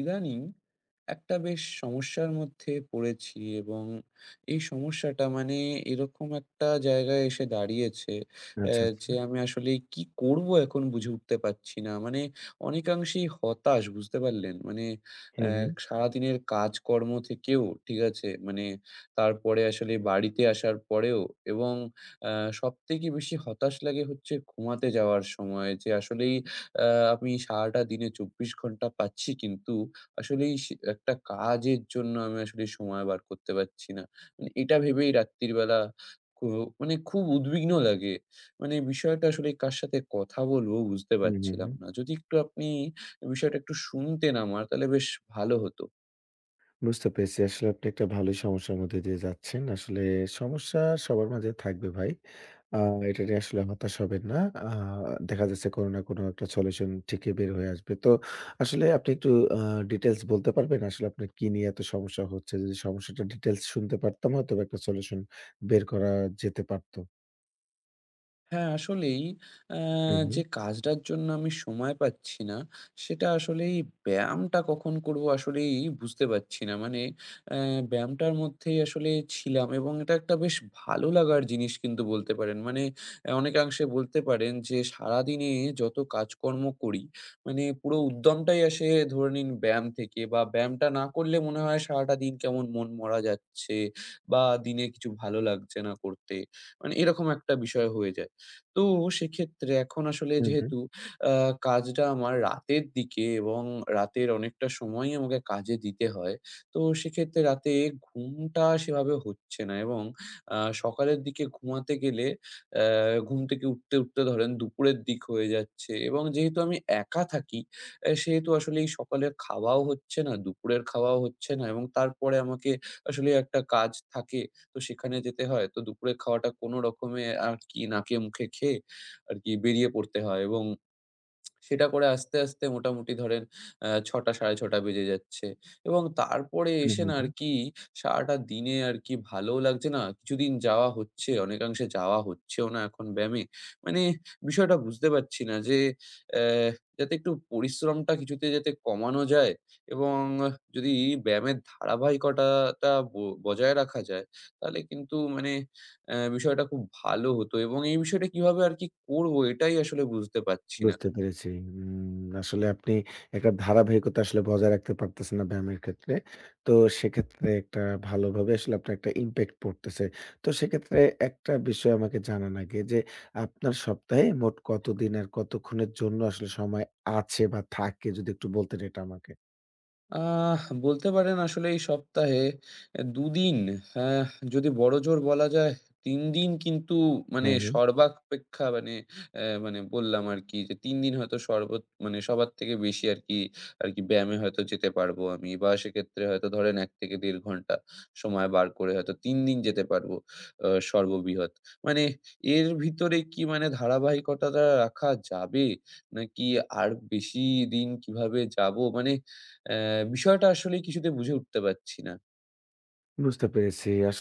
ইদানিং একটা বেশ সমস্যার মধ্যে পড়েছি, এবং এই সমস্যাটা মানে এরকম একটা জায়গায় এসে দাঁড়িয়েছে আচ্ছা, আচ্ছা। যে আমি আসলে কি করব এখন বুঝে উঠতে পারছি না। মানে অনেকাংশেই হতাশ, বুঝতে পারলেন? মানে হুম, হুম। সারাদিনের কাজকর্ম থেকেও ঠিক আছে, মানে তারপরে আসলে বাড়িতে আসার পরেও, এবং সব থেকে বেশি হতাশ লাগে হচ্ছে ঘুমাতে যাওয়ার সময় যে আসলেই আ আমি সারাটা দিনে ২৪ ঘন্টা পাচ্ছি, কিন্তু আসলেই সে একটা কাজের জন্য আমি আসলে সময় বার করতে পারছি না। মানে এটা ভেবেই রাত্তির বেলা খু মানে খুব উদ্বিগ্ন লাগে। মানে বিষয়টা আসলে কার সাথে কথা বলবো বুঝতে হুম, হুম, পারছিলাম হুম। না। যদি একটু আপনি বিষয়টা একটু শুনতেন আমার, তাহলে বেশ ভালো হতো। বুঝতে পেরেছি। আসলে আপনি একটা ভালোই সমস্যার মধ্যে দিয়ে যাচ্ছেন। আসলে সমস্যা সবার মাঝে থাকবে ভাই। আ এটা নিয়ে আসলে হতাশ হবেন না। আ দেখা যাচ্ছে কোনো না কোনো একটা সলিউশন ঠিকই বের হয়ে আসবে। তো আসলে আপনি একটু আ ডিটেইলস বলতে পারবেন? আসলে আপনার কি নিয়ে এত সমস্যা হচ্ছে? যদি সমস্যাটা ডিটেইলস শুনতে পারতাম হয়তোবা একটা সলিউশন বের করা যেতে পারত। হ্যাঁ, আসলেই আ হুম, হুম। যে কাজটার জন্য আমি সময় পাচ্ছি না, সেটা আসলেই ব্যায়ামটা কখন করবো আসলেই বুঝতে পারছি না। মানে অ্যা ব্যায়ামটার মধ্যেই আসলে ছিলাম, এবং এটা একটা বেশ ভালো লাগার জিনিস কিন্তু বলতে পারেন। মানে অনেকাংশে বলতে পারেন যে সারাদিনে যত কাজকর্ম করি, মানে পুরো উদ্যমটাই আসে ধরে নিন ব্যায়াম থেকে, বা ব্যায়ামটা না করলে মনে হয় সারাটা দিন কেমন মনমরা যাচ্ছে, বা দিনে কিছু ভালো লাগছে না করতে। মানে এরকম একটা বিষয় হয়ে যায়। তো সেক্ষেত্রে এখন আসলে হুম, হুম। যেহেতু আ কাজটা আমার রাতের দিকে, এবং রাতের অনেকটা সময়ই আমাকে কাজে দিতে হয়। তো সেক্ষেত্রে রাতে ঘুমটা সেভাবে হচ্ছে না, এবং আ সকালের দিকে ঘুমাতে গেলে ঘুম থেকে উঠতে, উঠতে ধরেন দুপুরের দিক হয়ে যাচ্ছে, এবং যেহেতু আমি একা থাকি, সেহেতু আসলে এই সকালের খাওয়াও হচ্ছে না, দুপুরের খাওয়াও হচ্ছে না, এবং তারপরে আমাকে আসলে একটা কাজ থাকে। তো সেখানে যেতে হয়। তো দুপুরের খাওয়াটা কোনো রকমে আর কি নাকে মুখে খেয়ে আর কি বেরিয়ে পড়তে হয়, এবং সেটা করে আস্তে, আস্তে মোটামুটি ধরেন ৬ঃ০০ ৬ঃ৩০ বেজে যাচ্ছে, এবং তারপরে হুম, এসে হুম, না হুম। আরকি সারাটা দিনে আরকি ভালোও লাগছে না। কিছুদিন যাওয়া হচ্ছে, অনেকাংশে যাওয়া হচ্ছেও না এখন ব্যায়ামে। মানে বিষয়টা বুঝতে পারছি না যে অ্যা যাতে একটু পরিশ্রমটা কিছুতে যাতে কমানো যায়, এবং যদি ব্যায়ামের ধারাবাহিকতাটা বজায় রাখা যায়, তাহলে কিন্তু মানে বিষয়টা খুব ভালো হতো, এবং এই বিষয়টা কিভাবে আরকি করবো এটাই আসলে বুঝতে পারছি না। বুঝতে পেরেছি। উম আসলে আপনি একটা ধারাবাহিকতা আসলে বজায় রাখতে পারতেছেন না ব্যায়ামের ক্ষেত্রে। তো সেক্ষেত্রে একটা ভালোভাবে আসলে আপনার একটা impact পড়তেছে। তো সেক্ষেত্রে একটা বিষয় আমাকে জানান আগে যে, আপনার সপ্তাহে মোট কতদিন আর কতক্ষণের জন্য আসলে সময় আছে বা থাকে? যদি একটু বলতেন এটা আমাকে। বলতে পারেন আসলে এই সপ্তাহে ২ দিন, আহ যদি বড়জোর বলা যায় ৩ দিন, কিন্তু মানে হুম, হুম। সর্বাপেক্ষা মানে মানে বললাম আরকি যে ৩ দিন হয়তো মানে সবার থেকে বেশি আরকি, আরকি ব্যায়ামে হয়তো যেতে পারবো আমি, বা সেক্ষেত্রে হয়তো ধরেন ১ থেকে ১.৫ ঘন্টা সময় বার করে হয়তো ৩ দিন যেতে পারবো সর্ববৃহৎ। মানে এর ভিতরে কি মানে ধারাবাহিকতাটা রাখা যাবে? নাকি আর বেশি দিন কিভাবে যাবো? মানে বিষয়টা আসলে কিছুতে বুঝে উঠতে পারছি না। বুঝতে পেরেছি। আস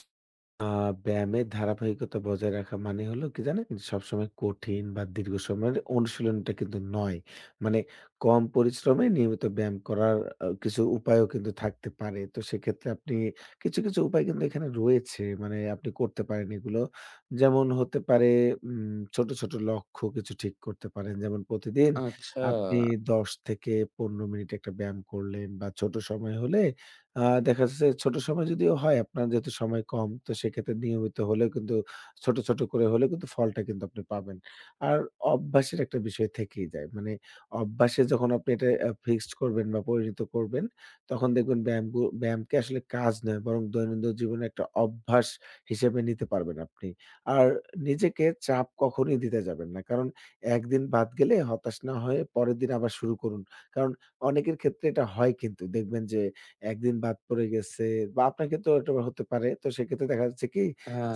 আ ব্যায়ামের ধারাবাহিকতা বজায় রাখা মানে হলো কি জানেন? সবসময় কঠিন বা দীর্ঘ সময়ের অনুশীলনটা কিন্তু নয়। মানে কম পরিশ্রমে নিয়মিত ব্যায়াম করার কিছু উপায়ও কিন্তু থাকতে পারে। তো সেক্ষেত্রে আপনি কিছু, কিছু উপায় কিন্তু এখানে রয়েছে। মানে আপনি করতে পারেন এগুলো। যেমন হতে পারে ছোট, ছোট লক্ষ্য কিছু ঠিক করতে পারেন। যেমন প্রতিদিন আচ্ছা, আপনি ১০ থেকে ১৫ মিনিট একটা ব্যায়াম করলেন বা ছোট সময় হলে আ দেখা যাচ্ছে ছোট সময় যদিও হয় আপনার যেহেতু সময় কম, তো সেক্ষেত্রে নিয়মিত হলেও কিন্তু ছোট, ছোট করে হলেও কিন্তু ফলটা কিন্তু আপনি পাবেন। আর অভ্যাসের একটা বিষয় থেকেই যায়। মানে অভ্যাসে যখন আপনি এটা ফিক্সড করবেন বা পরিণত করবেন, তখন দেখবেন ব্যায়ামকে আসলে কাজ নয় বরং দৈনন্দিন জীবনে একটা অভ্যাস হিসেবে নিতে পারবেন আপনি। আর নিজেকে চাপ কখনোই দিতে যাবেন না। কারণ একদিন বাদ গেলে হতাশ না হয়ে পরের দিন আবার শুরু করুন। কারণ অনেকের ক্ষেত্রে এটা হয় কিন্তু দেখবেন যে একদিন বাদ পড়ে গেছে বা আপনার ক্ষেত্রেও এটা হতে পারে। তো সেক্ষেত্রে দেখা যাচ্ছে কি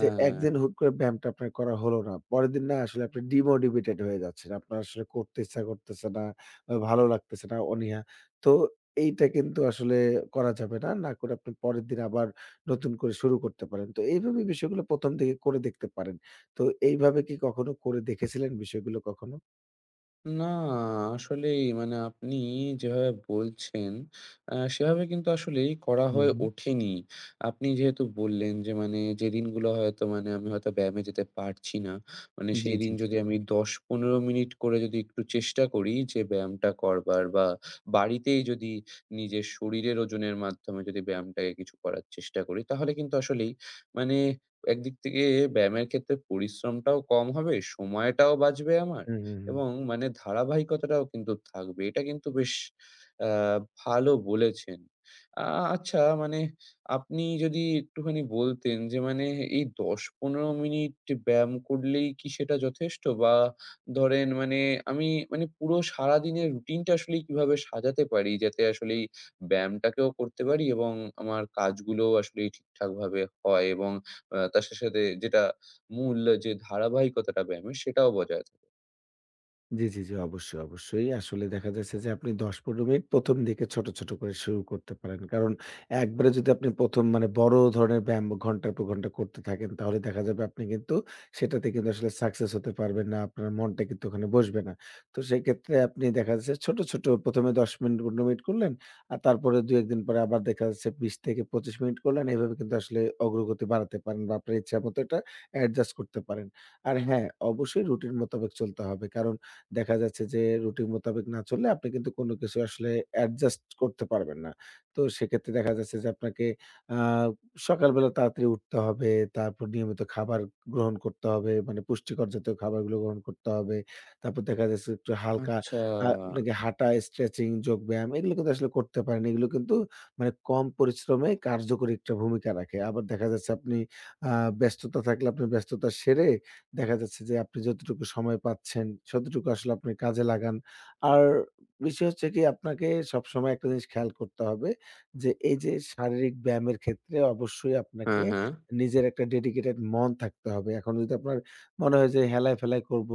যে, একদিন হুট করে ব্যায়ামটা আপনার করা হলো না। পরের দিন না আসলে আপনি ডিমোটিভেটেড হয়ে যাচ্ছেন। আপনার আসলে করতে ইচ্ছা করতেছে না, ভালো লাগতেছে না, অনীহা। তো এইটা কিন্তু আসলে করা যাবে না। না করে আপনি পরের দিন আবার নতুন করে শুরু করতে পারেন। তো এইভাবে বিষয়গুলো ১ম দিকে করে দেখতে পারেন। তো এইভাবে কি কখনো করে দেখেছিলেন বিষয়গুলো কখনো? না, আসলেই মানে আপনি যেভাবে বলছেন, সেভাবে কিন্তু আসলেই করা হয়ে হুম, ওঠেনি। আপনি যেহেতু বললেন যে মানে যেদিনগুলো হয়তো মানে আমি হয়তো ব্যায়ামে যেতে পারছি না, মানে জি, সেই জি, দিন জি। যদি আমি ১০-১৫ মিনিট করে যদি একটু চেষ্টা করি যে ব্যায়ামটা করবার, বা বাড়িতেই যদি নিজের শরীরের ওজনের মাধ্যমে যদি ব্যায়ামটাকে কিছু করার চেষ্টা করি, তাহলে কিন্তু আসলেই মানে একদিক থেকে ব্যায়ামের ক্ষেত্রে পরিশ্রমটাও কম হবে, সময়টাও বাঁচবে আমার। হুম, হুম, হুম। এবং মানে ধারাবাহিকতাটাও কিন্তু থাকবে। এটা কিন্তু বেশ আ ভালো বলেছেন। আ আচ্ছা, মানে আপনি যদি একটুখানি বলতেন যে মানে এই ১০-১৫ মিনিট ব্যায়াম করলেই কি সেটা যথেষ্ট? বা ধরেন মানে আমি মানে পুরো সারাদিনের রুটিনটা আসলে কিভাবে সাজাতে পারি যাতে আসলে এই ব্যায়ামটাকেও করতে পারি, এবং আমার কাজগুলোও আসলে ঠিকঠাকভাবে হয়, এবং তার সাথে, সাথে যেটা মূল যে ধারাবাহিকতাটা ব্যায়ামের সেটাও বজায় থাকে? জি, জি, জি। অবশ্যই, অবশ্যই। আসলে দেখা যাচ্ছে যে আপনি ১০-১৫ মিনিট ১ম দিকে ছোট, ছোট করে শুরু করতে পারেন। কারণ একবারে যদি আপনি ১ম মানে বড় ধরনের ব্যায়াম ঘন্টার পর ঘন্টা করতে থাকেন তাহলে দেখা যাবে আপনি কিন্তু সেটাতে কিন্তু আসলে সাকসেস হতে পারবেন না। আপনার মনটা কিন্তু ওখানে বসবে না। তো সেক্ষেত্রে আপনি দেখা যাচ্ছে ছোট, ছোট ১ম এ ১০ মিনিট ১৫ মিনিট করলেন। আর তারপরে ২-১ দিন পরে আবার দেখা যাচ্ছে ২০-২৫ মিনিট করলেন। এভাবে কিন্তু আসলে অগ্রগতি বাড়াতে পারেন বা আপনার ইচ্ছামত এটা অ্যাডজাস্ট করতে পারেন। আর হ্যাঁ, অবশ্যই রুটিন মোতাবেক চলতে হবে। কারণ দেখা যাচ্ছে যে রুটিন মোতাবেক না চললে আপনি কিন্তু কোনো কিছু আসলে অ্যাডজাস্ট করতে পারবেন না। তো সেক্ষেত্রে দেখা যাচ্ছে যে আপনাকে আ সকালবেলা তাড়াতাড়ি উঠতে হবে, তারপর নিয়মিত খাবার গ্রহণ করতে হবে, মানে পুষ্টিকর জাতীয় খাবারগুলো গ্রহণ করতে হবে। তারপর দেখা যাচ্ছে একটু হালকা আচ্ছা। আপনাকে হাঁটা, স্ট্রেচিং, যোগব্যায়াম এগুলো কিন্তু আসলে করতে পারেন। এগুলো কিন্তু মানে কম পরিশ্রমে কার্যকরী একটা ভূমিকা রাখে। আবার দেখা যাচ্ছে আপনি আ ব্যস্ততা থাকলে আপনি ব্যস্ততা সেরে দেখা যাচ্ছে যে আপনি যতটুকু সময় পাচ্ছেন, ততটুকু আসলে আপনি কাজে লাগান। আর বিষয় হচ্ছে কি আপনাকে সবসময় একটা জিনিস খেয়াল করতে হবে যে, এই যে শারীরিক ব্যায়ামের ক্ষেত্রে অবশ্যই হ্যাঁ, আপনাকে হ্যাঁ। নিজের একটা ডেডিকেটেড মন থাকতে হবে। এখন যদি আপনার মনে হয় যে হেলায়-ফেলায় করব,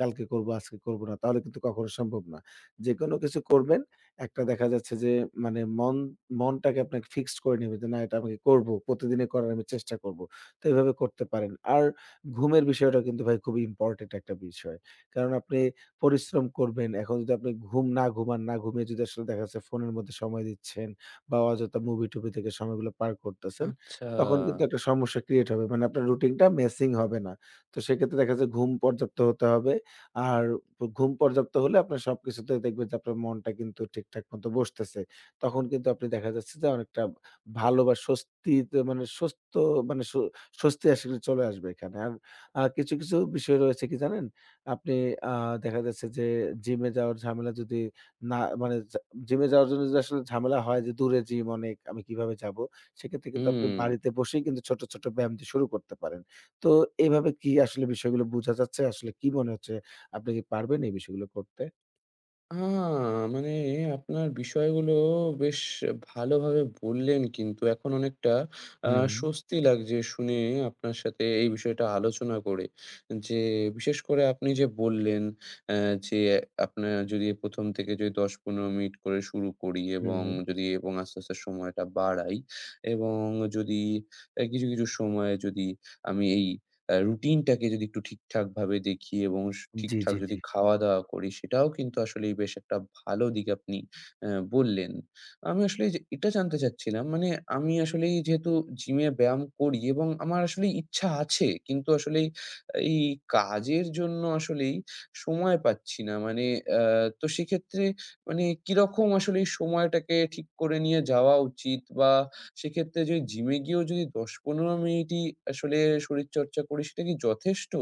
কালকে করব, আজকে করব না, তাহলে কিন্তু কখনো সম্ভব না। যেকোনো কিছু করবেন, একটা দেখা যাচ্ছে যে মানে মনটাকে আপনাকে ফিক্সড করে নিবে যে, "না, এটা আমি করব। প্রতিদিনই করার আমি চেষ্টা করব।" তো এভাবে করতে পারেন। আর ঘুমের বিষয়টা কিন্তু ভাই খুবই ইম্পোর্টেন্ট একটা বিষয়। কারণ আপনি পরিশ্রম করবেন। এখন যদি আপনি ঘুম না ঘুমান, না ঘুমিয়ে যদি আসলে দেখা যাচ্ছে ফোনের মধ্যে সময় দিচ্ছেন বা অযথা মুভি-টুভি থেকে সময়গুলো পার করতেছেন, আচ্ছা। তখন কিন্তু একটা সমস্যা ক্রিয়েট হবে। মানে আপনার রুটিনটা ম্যাচিং হবে না। তো সেক্ষেত্রে দেখা যাচ্ছে ঘুম পর্যাপ্ত হতে হবে। আর ঘুম পর্যাপ্ত হলে আপনার সবকিছুতে দেখবেন যে আপনার মনটা কিন্তু ঠিকঠাক মতো বসতেছে। তখন কিন্তু আপনি দেখা যাচ্ছে যে অনেকটা ভালো বা স্বস্তিতে মানে স্বস্ত মানে স্ব স্বস্তি আসলে চলে আসবে এখানে। আর কিছু, কিছু বিষয় রয়েছে কি জানেন? আপনি আ দেখা যাচ্ছে যে জিমে যাওয়ার ঝামেলা যদি না মানে জা জিমে যাওয়ার জন্য যদি আসলে ঝামেলা হয় যে দূরে জিম অনেক, আমি কিভাবে যাবো? সেক্ষেত্রে কিন্তু আপনি হুম। বাড়িতে বসেই কিন্তু ছোট, ছোট ব্যায়াম দিয়ে শুরু করতে পারেন। তো এভাবে কি আসলে বিষয়গুলো বোঝা যাচ্ছে? আসলে কি মনে হচ্ছে? আপনি কি পারবেন এই বিষয়গুলো করতে? আ মানে আপনার বিষয়গুলো বেশ ভালোভাবে বললেন, কিন্তু এখন অনেকটা আ হুম, স্বস্তি লাগছে শুনে, আপনার সাথে এই বিষয়টা আলোচনা করে। যে বিশেষ করে আপনি যে বললেন অ্যা যে আপনার যদি ১ম থেকে যদি ১০-১৫ মিনিট করে শুরু করি, হুম, এবং হুম। যদি এবং আস্তে, আস্তে সময়টা বাড়াই, এবং যদি কিছু, কিছু সময়ে যদি আমি এই রুটিনটাকে যদি একটু ঠিকঠাকভাবে দেখি এবং জি, ঠিকঠাক জি, জি। যদি খাওয়া-দাওয়া করি, সেটাও কিন্তু আসলেই বেশ একটা ভালো দিক আপনি বললেন। আমি আসলে যে এটা জানতে চাচ্ছিলাম, মানে আমি আসলেই যেহেতু জিমে ব্যায়াম করি এবং আমার আসলেই ইচ্ছা আছে, কিন্তু আসলেই এই কাজের জন্য আসলেই সময় পাচ্ছি না। মানে তো সেক্ষেত্রে মানে কিরকম আসলে এই সময়টাকে ঠিক করে নিয়ে যাওয়া উচিত, বা সেক্ষেত্রে যদি জিমে গিয়েও যদি ১০-১৫ মিনিটই আসলে শরীরচর্চা করি সেটা কি যথেষ্ট?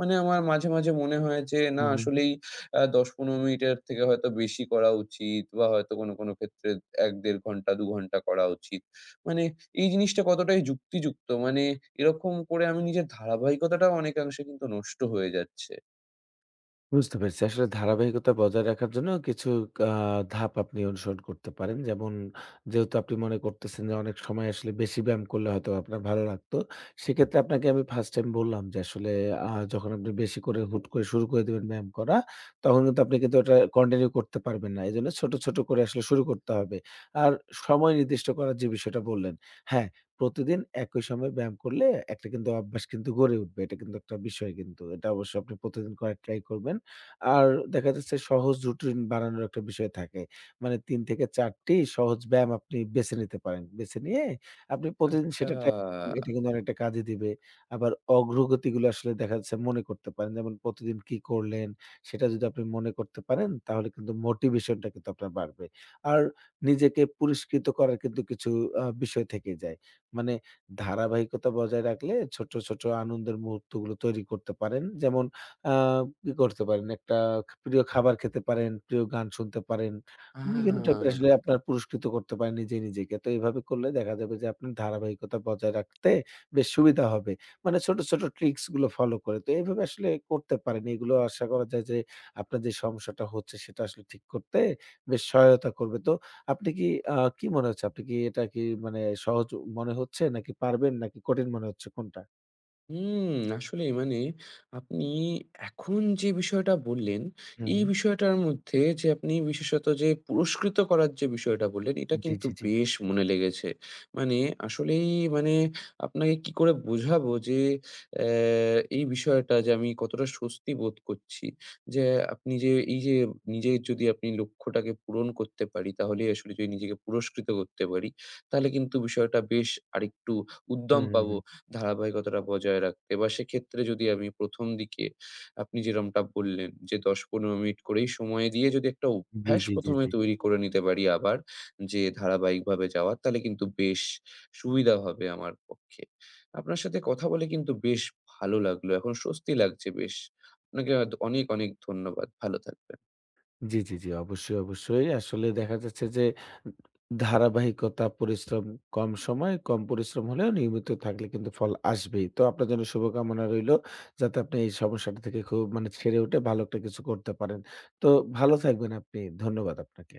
মানে আমার মাঝে, মাঝে মনে হয় যে না হুম। আসলেই ১০-১৫ মিনিটের থেকে হয়তো বেশি করা উচিত, বা হয়তো কোনো, কোনো ক্ষেত্রে ১-১.৫ ঘন্টা ২ ঘন্টা করা উচিত। মানে এই জিনিসটা কতটাই যুক্তিযুক্ত? মানে এরকম করে আমি নিজের ধারাবাহিকতাটাও অনেকাংশে কিন্তু নষ্ট হয়ে যাচ্ছে। বুঝতে পেরেছি। আসলে ধারাবাহিকতা বজায় রাখার জন্য কিছু আ ধাপ আপনি অনুসরণ করতে পারেন। যেমন যেহেতু আপনি মনে করতেছেন যে অনেক সময় আসলে বেশি ব্যায়াম করলে হয়তো আপনার ভালো লাগতো। সেক্ষেত্রে আপনাকে আমি ফার্স্ট টাইম বললাম যে আসলে যখন আপনি বেশি করে হুট করে শুরু করে দিবেন ব্যায়াম করা, তখন কিন্তু আপনি কিন্তু ওটা কন্টিনিউ করতে পারবেন না। এজন্য ছোট, ছোট করে আসলে শুরু করতে হবে। আর সময় নির্দিষ্ট করার যে বিষয়টা বললেন, হ্যাঁ, প্রতিদিন একই সময়ে ব্যায়াম করলে একটা কিন্তু অভ্যাস কিন্তু গড়ে উঠবে। এটা কিন্তু একটা বিষয় কিন্তু। এটা অবশ্য আপনি প্রতিদিন করার ট্রাই করবেন। আর দেখা যাচ্ছে সহজ রুটিন বানানোর একটা বিষয় থাকে। মানে ৩ থেকে ৪ টি সহজ ব্যায়াম আপনি বেছে নিতে পারেন। বেছে নিয়ে আপনি প্রতিদিন আচ্ছা। সেটা ট্রাই এটা কিন্তু অনেকটা কাজে দিবে। আবার অগ্রগতিগুলো আসলে দেখা যাচ্ছে মনে করতে পারেন। যেমন প্রতিদিন কি করলেন সেটা যদি আপনি মনে করতে পারেন তাহলে কিন্তু মোটিভেশনটা কিন্তু আপনার বাড়বে। আর নিজেকে পুরস্কৃত করার কিন্তু কিছু বিষয় থেকে যায়। মানে ধারাবাহিকতা বজায় রাখলে ছোট, ছোট আনন্দের মুহূর্তগুলো তৈরি করতে পারেন। যেমন আ কি করতে পারেন, একটা প্রিয় খাবার খেতে পারেন, প্রিয় গান শুনতে পারেন। আ বিভিন্ন টাইপের আসলে আপনার পুরস্কৃত করতে পারেন নিজে নিজেকে। তো এভাবে করলে দেখা যাবে যে আপনার ধারাবাহিকতা বজায় রাখতে বেশ সুবিধা হবে। মানে ছোট, ছোট ট্রিকস গুলো ফলো করে। তো এভাবে আসলে করতে পারেন। এগুলো আশা করা যায় যে আপনার যে সমস্যাটা হচ্ছে সেটা আসলে ঠিক করতে বেশ সহায়তা করবে। তো আপনি কি কি মনে হচ্ছে? আপনি কি এটা কি মানে সহজ মনে হচ্ছে নাকি পারবেন নাকি কঠিন মনে হচ্ছে কোনটা? হুম, আসলেই মানে আপনি এখন যে বিষয়টা বললেন, হুম, এই হুম। বিষয়টার মধ্যে যে আপনি বিশেষত যে পুরস্কৃত করার যে বিষয়টা বললেন, এটা জি, কিন্তু জি, জি। বেশ মনে লেগেছে। মানে আসলেই মানে আপনাকে কি করে বোঝাবো যে অ্যা এই বিষয়টা যে আমি কতটা স্বস্তি বোধ করছি। যে আপনি যে এই যে নিজের যদি আপনি লক্ষ্যটাকে পূরণ করতে পারি, তাহলেই আসলে যদি নিজেকে পুরস্কৃত করতে পারি, তাহলে কিন্তু বিষয়টা বেশ আরেকটু হুম, উদ্যম হুম, পাবো। হুম। ধারাবাহিকতাটা বজায় রাখতে, বা সেক্ষেত্রে যদি আমি ১ম দিকে আপনি যেরমটা বললেন যে ১০-১৫ মিনিট করেই সময় দিয়ে যদি একটা জি, অভ্যাস জি, জি, ১ম এ জি। তৈরি করে নিতে পারি, আবার যে ধারাবাহিকভাবে যাওয়ার, তাহলে কিন্তু বেশ সুবিধা হবে আমার পক্ষে। আপনার সাথে কথা বলে কিন্তু বেশ ভালো লাগলো। এখন স্বস্তি লাগছে বেশ। আপনাকে অনেক, অনেক ধন্যবাদ। ভালো থাকবেন। জি, জি, জি। অবশ্যই, অবশ্যই। আসলে দেখা যাচ্ছে যে ধারাবাহিকতা, পরিশ্রম কম সময়, কম পরিশ্রম হলেও নিয়মিত থাকলে কিন্তু ফল আসবেই। তো আপনার জন্য শুভকামনা রইলো যাতে আপনি এই সমস্যাটা থেকে খুব মানে ছেড়ে উঠে ভালো একটা কিছু করতে পারেন। তো ভালো থাকবেন আপনি। ধন্যবাদ আপনাকে।